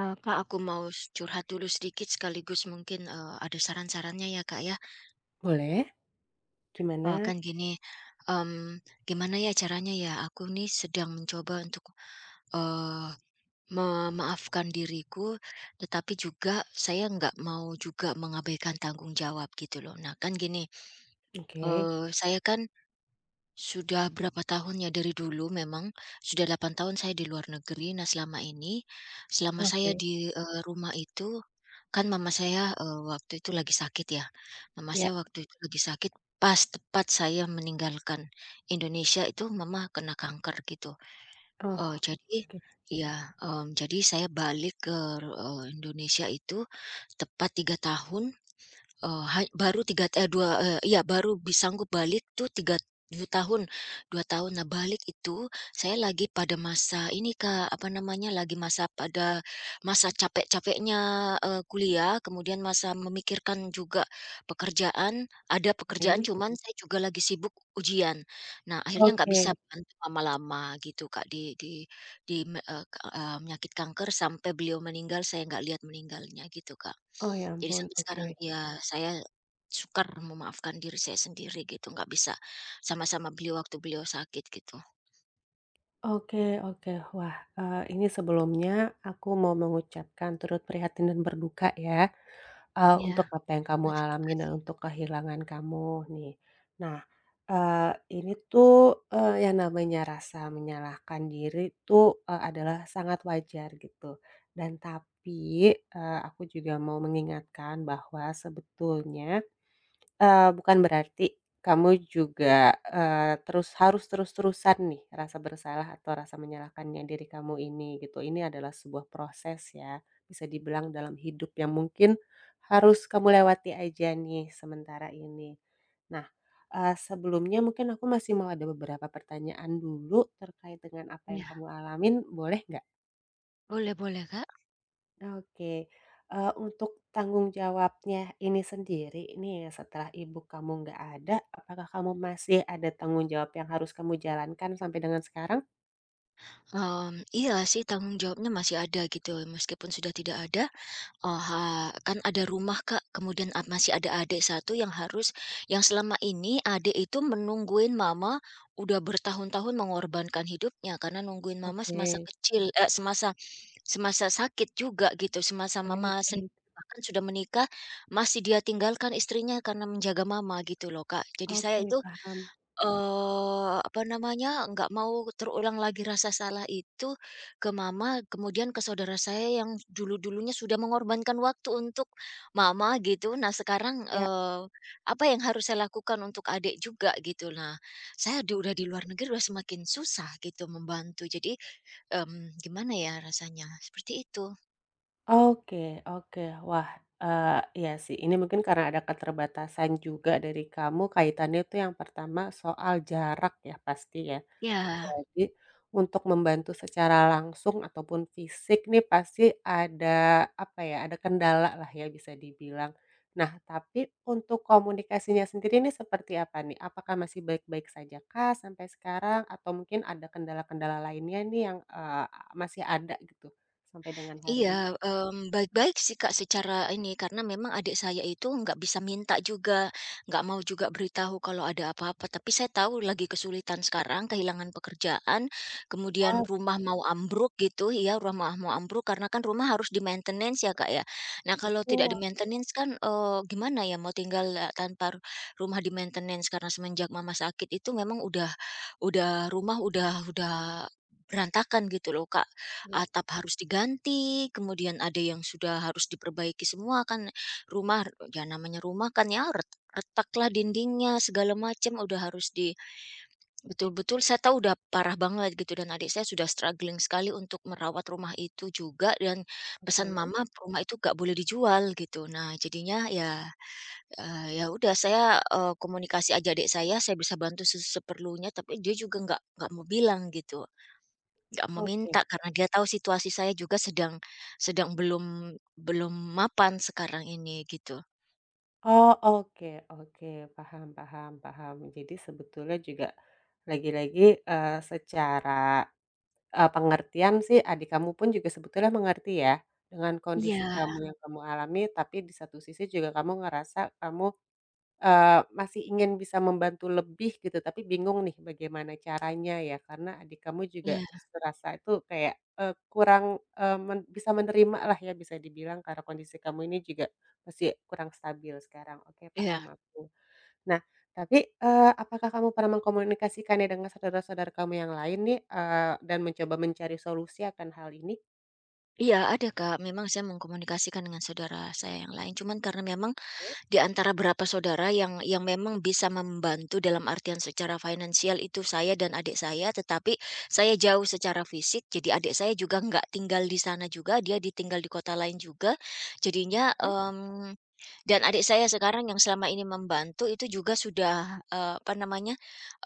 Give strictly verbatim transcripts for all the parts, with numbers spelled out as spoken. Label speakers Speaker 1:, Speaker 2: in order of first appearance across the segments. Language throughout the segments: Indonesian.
Speaker 1: Eee, Kak, aku mau s curhat dulu sedikit sekaligus mungkin, eee, ada saran-sarannya ya, Kak, ya.
Speaker 2: Boleh.
Speaker 1: Eee,
Speaker 2: Gimana?
Speaker 1: kan gini, mmm, gimana ya caranya ya, aku nih sedang mencoba untuk, eee, memaafkan diriku, tetapi juga saya nggak mau juga mengabaikan tanggung jawab gitu loh. Nah, kan gini,
Speaker 2: Oke.
Speaker 1: eee, saya kan sudah berapa tahun ya dari dulu memang, sudah delapan tahun saya di luar negeri. Nah selama ini, selama saya
Speaker 2: Oke,
Speaker 1: di, eee, rumah itu, kan mama saya, eee, waktu itu lagi sakit ya, mama
Speaker 2: ya.
Speaker 1: saya waktu itu lagi sakit pas tepat saya meninggalkan Indonesia itu mama kena kanker gitu. Eee,
Speaker 2: Oh,
Speaker 1: jadi
Speaker 2: oke,
Speaker 1: ya mmm, jadi saya balik ke, eee, Indonesia itu tepat tiga tahun. Eee, ha baru tiga eh dua eee, Iya baru bisa sanggup balik tuh tiga dua tahun dua tahun. Nah balik itu, saya lagi pada masa ini Kak, apa namanya, lagi masa pada masa capek-capeknya, eee, kuliah, kemudian masa memikirkan juga pekerjaan, ada pekerjaan
Speaker 2: baik.
Speaker 1: cuman mhm, saya juga lagi sibuk ujian. Nah akhirnya nggak
Speaker 2: Oke.
Speaker 1: bisa bantu lama-lama gitu Kak, di di di me eee, ka eee, penyakit kanker sampai beliau meninggal saya nggak lihat meninggalnya gitu, Kak.
Speaker 2: Oh, ya
Speaker 1: Jadi
Speaker 2: ampun,
Speaker 1: sampai sekarang
Speaker 2: oke.
Speaker 1: ya saya sukar memaafkan diri saya sendiri gitu, nggak bisa sama-sama beliau waktu beliau sakit gitu.
Speaker 2: Oke, oke. Wah, eee, ini sebelumnya aku mau mengucapkan turut prihatin dan berduka ya, eee,
Speaker 1: Iya.
Speaker 2: untuk apa yang kamu
Speaker 1: Terima
Speaker 2: alami dan
Speaker 1: kasih.
Speaker 2: untuk kehilangan kamu nih. Nah, eee, ini tuh, eee, yang namanya rasa menyalahkan diri tuh, eee, adalah sangat wajar gitu dan tapi, eee, aku juga mau mengingatkan bahwa sebetulnya Eee, bukan berarti kamu juga, eee, terus harus terus-terusan nih rasa bersalah atau rasa menyalahkannya diri kamu ini gitu. Ini adalah sebuah proses ya, bisa dibilang dalam hidup yang mungkin harus kamu lewati aja nih sementara ini. Nah, eee, sebelumnya mungkin aku masih mau ada beberapa pertanyaan dulu terkait dengan apa yang
Speaker 1: Iya,
Speaker 2: kamu alamin, boleh nggak?
Speaker 1: boleh boleh, Kak.
Speaker 2: Oke, eee, untuk tanggung jawabnya ini sendiri nih setelah ibu kamu nggak ada, apakah kamu masih ada tanggung jawab yang harus kamu jalankan sampai dengan sekarang?
Speaker 1: Mmm, iya sih tanggung jawabnya masih ada gitu, meskipun sudah tidak ada. Oh, ha kan ada rumah, Kak, kemudian ad masih ada adik satu yang harus, yang selama ini adik itu menungguin mama, udah bertahun-tahun mengorbankan hidupnya karena nungguin mama
Speaker 2: Oke,
Speaker 1: semasa kecil, eee, semasa semasa sakit juga gitu, semasa
Speaker 2: baik,
Speaker 1: mama sendiri
Speaker 2: baik.
Speaker 1: bahkan sudah menikah, masih dia tinggalkan istrinya karena menjaga mama gitu loh, Kak. Jadi saya
Speaker 2: Oke,
Speaker 1: itu,
Speaker 2: paham.
Speaker 1: Eee, apa namanya, nggak mau terulang lagi rasa salah itu ke mama, kemudian ke saudara saya yang dulu-dulunya sudah mengorbankan waktu untuk mama gitu. Nah sekarang,
Speaker 2: Ya,
Speaker 1: eee, apa yang harus saya lakukan untuk adik juga gitu. Nah, saya di udah di luar negeri udah semakin susah gitu membantu. Jadi, mmm, gimana ya rasanya, seperti itu.
Speaker 2: oke, oke. Wah, eee, iya sih, ini mungkin karena ada keterbatasan juga dari kamu kaitannya itu yang pertama soal jarak ya pasti ya.
Speaker 1: Ya.
Speaker 2: Jadi, untuk membantu secara langsung ataupun fisik nih pasti ada, apa ya, ada kendala lah ya bisa dibilang. Nah, tapi untuk komunikasinya sendiri ini seperti apa nih? Apakah masih baik-baik saja kah sampai sekarang? Atau mungkin ada kendala-kendala lainnya nih yang, eee, masih ada gitu sampai dengan hari ini?
Speaker 1: Iya, mmm, baik-baik sih, Kak, secara ini, karena memang adik saya itu nggak bisa minta juga, nggak mau juga beritahu kalau ada apa-apa. Tapi saya tahu lagi kesulitan sekarang, kehilangan pekerjaan, kemudian
Speaker 2: Oh,
Speaker 1: rumah mau ambruk gitu ya, rumah mau ambruk karena kan rumah harus di-maintenance ya, Kak, ya. Nah, kalau tidak
Speaker 2: betul.
Speaker 1: di-maintenance kan, eee, gimana ya mau tinggal, eee, tanpa ru- rumah di-maintenance karena semenjak mama sakit itu memang udah udah rumah udah udah berantakan gitu loh, Kak,
Speaker 2: Ya,
Speaker 1: atap harus diganti, kemudian ada yang sudah harus diperbaiki semua kan rumah, ya namanya rumah kan ya ret- retaklah dindingnya segala macam udah harus di, betul-betul saya tahu udah parah banget gitu dan adik saya sudah struggling sekali untuk merawat rumah itu juga dan pesan
Speaker 2: oke.
Speaker 1: mama rumah itu gak boleh dijual gitu. Nah, jadinya ya, eh, ya udah saya eh, komunikasi aja adik saya, saya bisa bantu se- seperlunya tapi dia juga nggak nggak mau bilang gitu. Nggak meminta
Speaker 2: Oke.
Speaker 1: karena dia tahu situasi saya juga sedang sedang belum belum mapan sekarang ini gitu.
Speaker 2: Oh, oke, oke, paham, paham, paham. Jadi sebetulnya juga lagi-lagi, eee, secara Eee, pengertian sih adik kamu pun juga sebetulnya mengerti ya, dengan kondisi
Speaker 1: Iya.
Speaker 2: kamu yang kamu alami, tapi di satu sisi juga kamu ngerasa kamu, eee, masih ingin bisa membantu lebih gitu, tapi bingung nih bagaimana caranya ya, karena adik kamu juga
Speaker 1: Iya,
Speaker 2: serasa itu kayak, eee, kurang, eee, men bisa menerima lah ya bisa dibilang karena kondisi kamu ini juga masih kurang stabil sekarang. Oke,
Speaker 1: iya.
Speaker 2: paham aku. Nah, tapi, eee, apakah kamu pernah mengkomunikasikannya dengan saudara-saudara kamu yang lain nih, eee, dan mencoba mencari solusi akan hal ini?
Speaker 1: Iya ada Kak, memang saya mengkomunikasikan dengan saudara saya yang lain, cuman karena memang
Speaker 2: Oke.
Speaker 1: di antara berapa saudara yang yang memang bisa membantu dalam artian secara finansial itu saya dan adik saya, tetapi saya jauh secara fisik. Jadi adik saya juga nggak tinggal di sana juga, dia ditinggal di kota lain juga. Jadinya, mmm, dan adik saya sekarang yang selama ini membantu itu juga sudah, eee, apa namanya,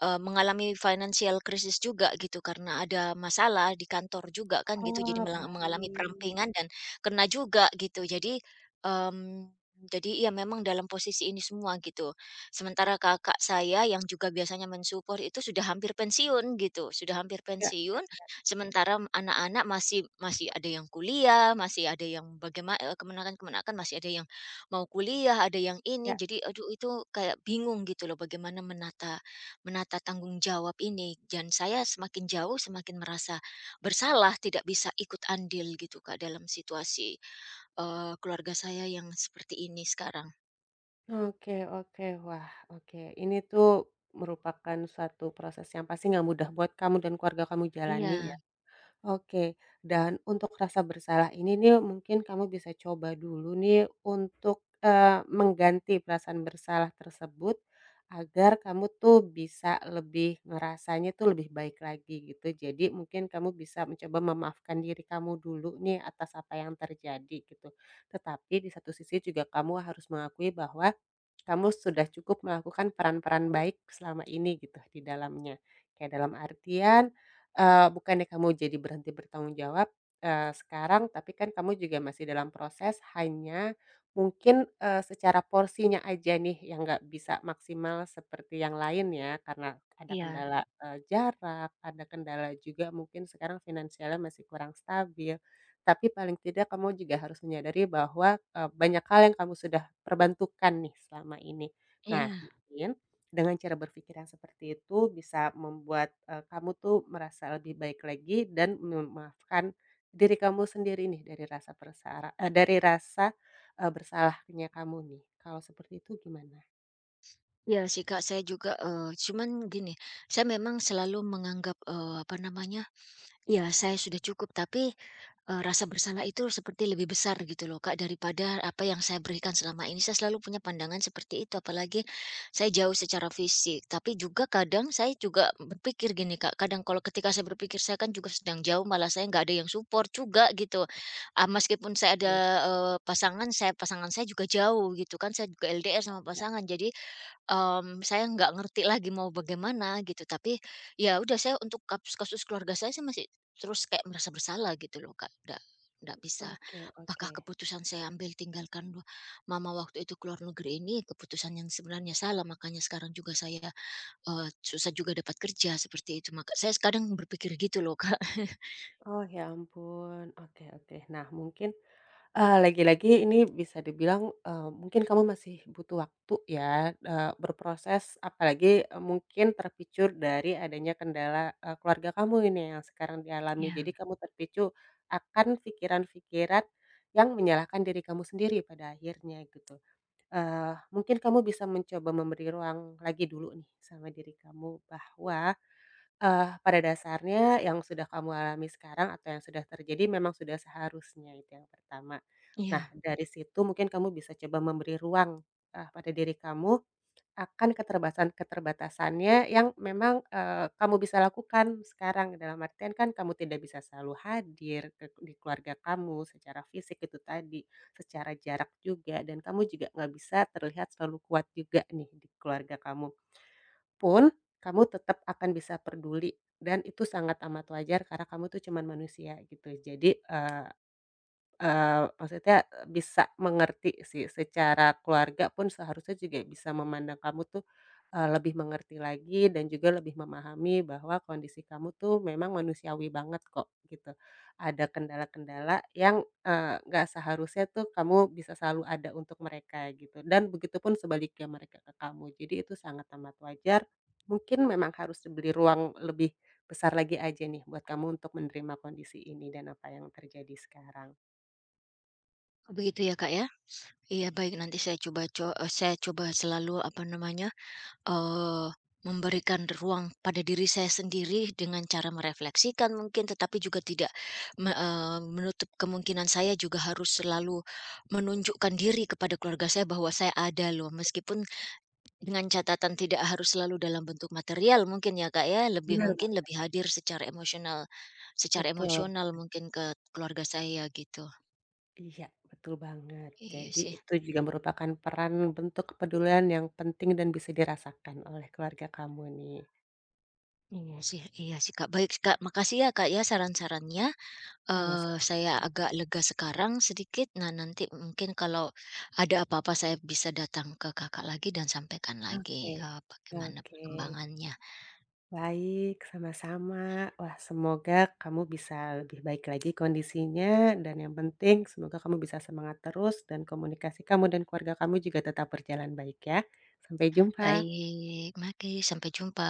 Speaker 1: eee, mengalami financial crisis juga gitu karena ada masalah di kantor juga kan gitu, jadi
Speaker 2: Oh,
Speaker 1: mela mengalami
Speaker 2: baik.
Speaker 1: perampingan dan kena juga gitu. Jadi, mmm jadi ya memang dalam posisi ini semua gitu. Sementara kakak saya yang juga biasanya mensupport itu sudah hampir pensiun gitu, sudah hampir
Speaker 2: Ya,
Speaker 1: pensiun.
Speaker 2: ya,
Speaker 1: Sementara m- anak-anak masih masih ada yang kuliah, masih ada yang bagaimana kemenakan-kemenakan masih ada yang mau kuliah, ada yang ini.
Speaker 2: ya.
Speaker 1: Jadi aduh itu kayak bingung gitu loh bagaimana menata menata tanggung jawab ini. Dan saya semakin jauh semakin merasa bersalah tidak bisa ikut andil gitu Kak dalam situasi, Eee, keluarga saya yang seperti ini sekarang.
Speaker 2: Oke, oke. Wah, oke. Ini tuh merupakan suatu proses yang pasti nggak mudah buat kamu dan keluarga kamu jalani
Speaker 1: Iya,
Speaker 2: ya. Oke, dan untuk rasa bersalah ini nih mungkin kamu bisa coba dulu nih untuk, eee, mengganti perasaan bersalah tersebut, agar kamu tuh bisa lebih ngerasanya tuh lebih baik lagi gitu. Jadi mungkin kamu bisa mencoba memaafkan diri kamu dulu nih atas apa yang terjadi gitu. Tetapi di satu sisi juga kamu harus mengakui bahwa kamu sudah cukup melakukan peran-peran baik selama ini gitu di dalamnya. Kayak dalam artian eee, bukannya kamu jadi berhenti bertanggung jawab, eee, sekarang, tapi kan kamu juga masih dalam proses, hanya mungkin, eee, secara porsinya aja nih yang nggak bisa maksimal seperti yang lain ya, karena ada
Speaker 1: iya.
Speaker 2: kendala, eee, jarak, ada kendala juga mungkin sekarang finansialnya masih kurang stabil. Tapi paling tidak kamu juga harus menyadari bahwa, eee, banyak hal yang kamu sudah perbantukan nih selama ini. Nah,
Speaker 1: Iya,
Speaker 2: mungkin dengan cara berpikir yang seperti itu bisa membuat, eee, kamu tuh merasa lebih baik lagi dan memaafkan diri kamu sendiri nih dari rasa persara eee, dari rasa, eee, bersalahnya kamu nih. Kalau seperti itu gimana?
Speaker 1: iya sih, Kak, saya juga, eee, cuman gini, saya memang selalu menganggap, eee, apa namanya, ya saya sudah cukup, tapi Eee, rasa bersalah itu seperti lebih besar gitu loh Kak, daripada apa yang saya berikan selama ini. Saya selalu punya pandangan seperti itu, apalagi saya jauh secara fisik. Tapi juga kadang saya juga berpikir gini Kak, kadang kalau ketika saya berpikir saya kan juga sedang jauh, malah saya nggak ada yang support juga gitu. Ah, meskipun saya ada,
Speaker 2: Kalau
Speaker 1: eee, pasangan saya pasangan saya juga jauh gitu kan, saya juga el de er sama
Speaker 2: enggak.
Speaker 1: pasangan. Jadi Mmm, saya nggak ngerti lagi mau bagaimana gitu, tapi ya udah saya untuk kasus kasus keluarga saya sih masih terus kayak merasa bersalah gitu loh, Kak. Nggak ndak bisa.
Speaker 2: Oke,
Speaker 1: Apakah
Speaker 2: oke.
Speaker 1: keputusan saya ambil tinggalkan dua mama waktu itu keluar negeri ini keputusan yang sebenarnya salah, makanya sekarang juga saya, eee, susah juga dapat kerja seperti itu. Maka saya kadang berpikir gitu loh, Kak.
Speaker 2: Oh, ya ampun, oke, oke. Nah mungkin Eee, lagi-lagi ini bisa dibilang, eee, mungkin kamu masih butuh waktu ya, eee, berproses apalagi, eee, mungkin terpicu dari adanya kendala, eee, keluarga kamu ini yang sekarang dialami. Jadi
Speaker 1: Iya.
Speaker 2: kamu terpicu akan pikiran-pikiran yang menyalahkan diri kamu sendiri pada akhirnya gitu. Eee, mungkin kamu bisa mencoba memberi ruang lagi dulu nih sama diri kamu bahwa Eee, pada dasarnya yang sudah kamu alami sekarang atau yang sudah terjadi memang sudah seharusnya, itu yang pertama. Nah,
Speaker 1: Iya.
Speaker 2: dari situ mungkin kamu bisa coba memberi ruang, eee, pada diri kamu akan keterbatasan-keterbatasannya yang memang, eee, kamu bisa lakukan sekarang. Dalam artian kan kamu tidak bisa selalu hadir ke di keluarga kamu secara fisik itu tadi, secara jarak juga, dan kamu juga nggak bisa terlihat selalu kuat juga nih di keluarga kamu pun, kamu tetap akan bisa peduli dan itu sangat amat wajar karena kamu tuh cuman manusia gitu. Jadi, eee Eee, maksudnya bisa mengerti sih, secara keluarga pun seharusnya juga bisa memandang kamu tuh, eee, lebih mengerti lagi dan juga lebih memahami bahwa kondisi kamu tuh memang manusiawi banget kok, gitu. Ada kendala-kendala yang, eee, nggak seharusnya tuh kamu bisa selalu ada untuk mereka gitu, dan begitupun sebaliknya mereka ke kamu. Jadi itu sangat amat wajar, mungkin memang harus diberi ruang lebih besar lagi aja nih buat kamu untuk menerima kondisi ini dan apa yang terjadi sekarang.
Speaker 1: Begitu ya, Kak, ya? Iya baik nanti saya coba co eee, saya coba selalu apa namanya, Eee, memberikan ruang pada diri saya sendiri dengan cara merefleksikan mungkin, tetapi juga tidak me eee, menutup kemungkinan saya juga harus selalu menunjukkan diri kepada keluarga saya bahwa saya ada loh, meskipun dengan catatan tidak harus selalu dalam bentuk material mungkin ya, Kak, ya, lebih
Speaker 2: Benar
Speaker 1: mungkin
Speaker 2: Kak.
Speaker 1: lebih hadir secara emosional, secara
Speaker 2: Betul,
Speaker 1: emosional mungkin ke keluarga saya gitu.
Speaker 2: iya, betul banget.
Speaker 1: Iya
Speaker 2: Jadi
Speaker 1: sih
Speaker 2: itu juga merupakan peran bentuk kepedulian yang penting dan bisa dirasakan oleh keluarga kamu nih.
Speaker 1: iya sih iya sih, Kak. Baik, Kak, makasih ya, Kak, ya saran-sarannya.
Speaker 2: Oh, masa.
Speaker 1: Eee, saya agak lega sekarang sedikit. Nah, nanti mungkin kalau ada apa-apa saya bisa datang ke Kakak lagi dan sampaikan lagi,
Speaker 2: Oke,
Speaker 1: eee, bagaimana
Speaker 2: oke.
Speaker 1: perkembangannya.
Speaker 2: Baik, sama-sama. Wah, semoga kamu bisa lebih baik lagi kondisinya dan yang penting semoga kamu bisa semangat terus dan komunikasi kamu dan keluarga kamu juga tetap berjalan baik ya. Sampai jumpa.
Speaker 1: Baik, mari sampai jumpa.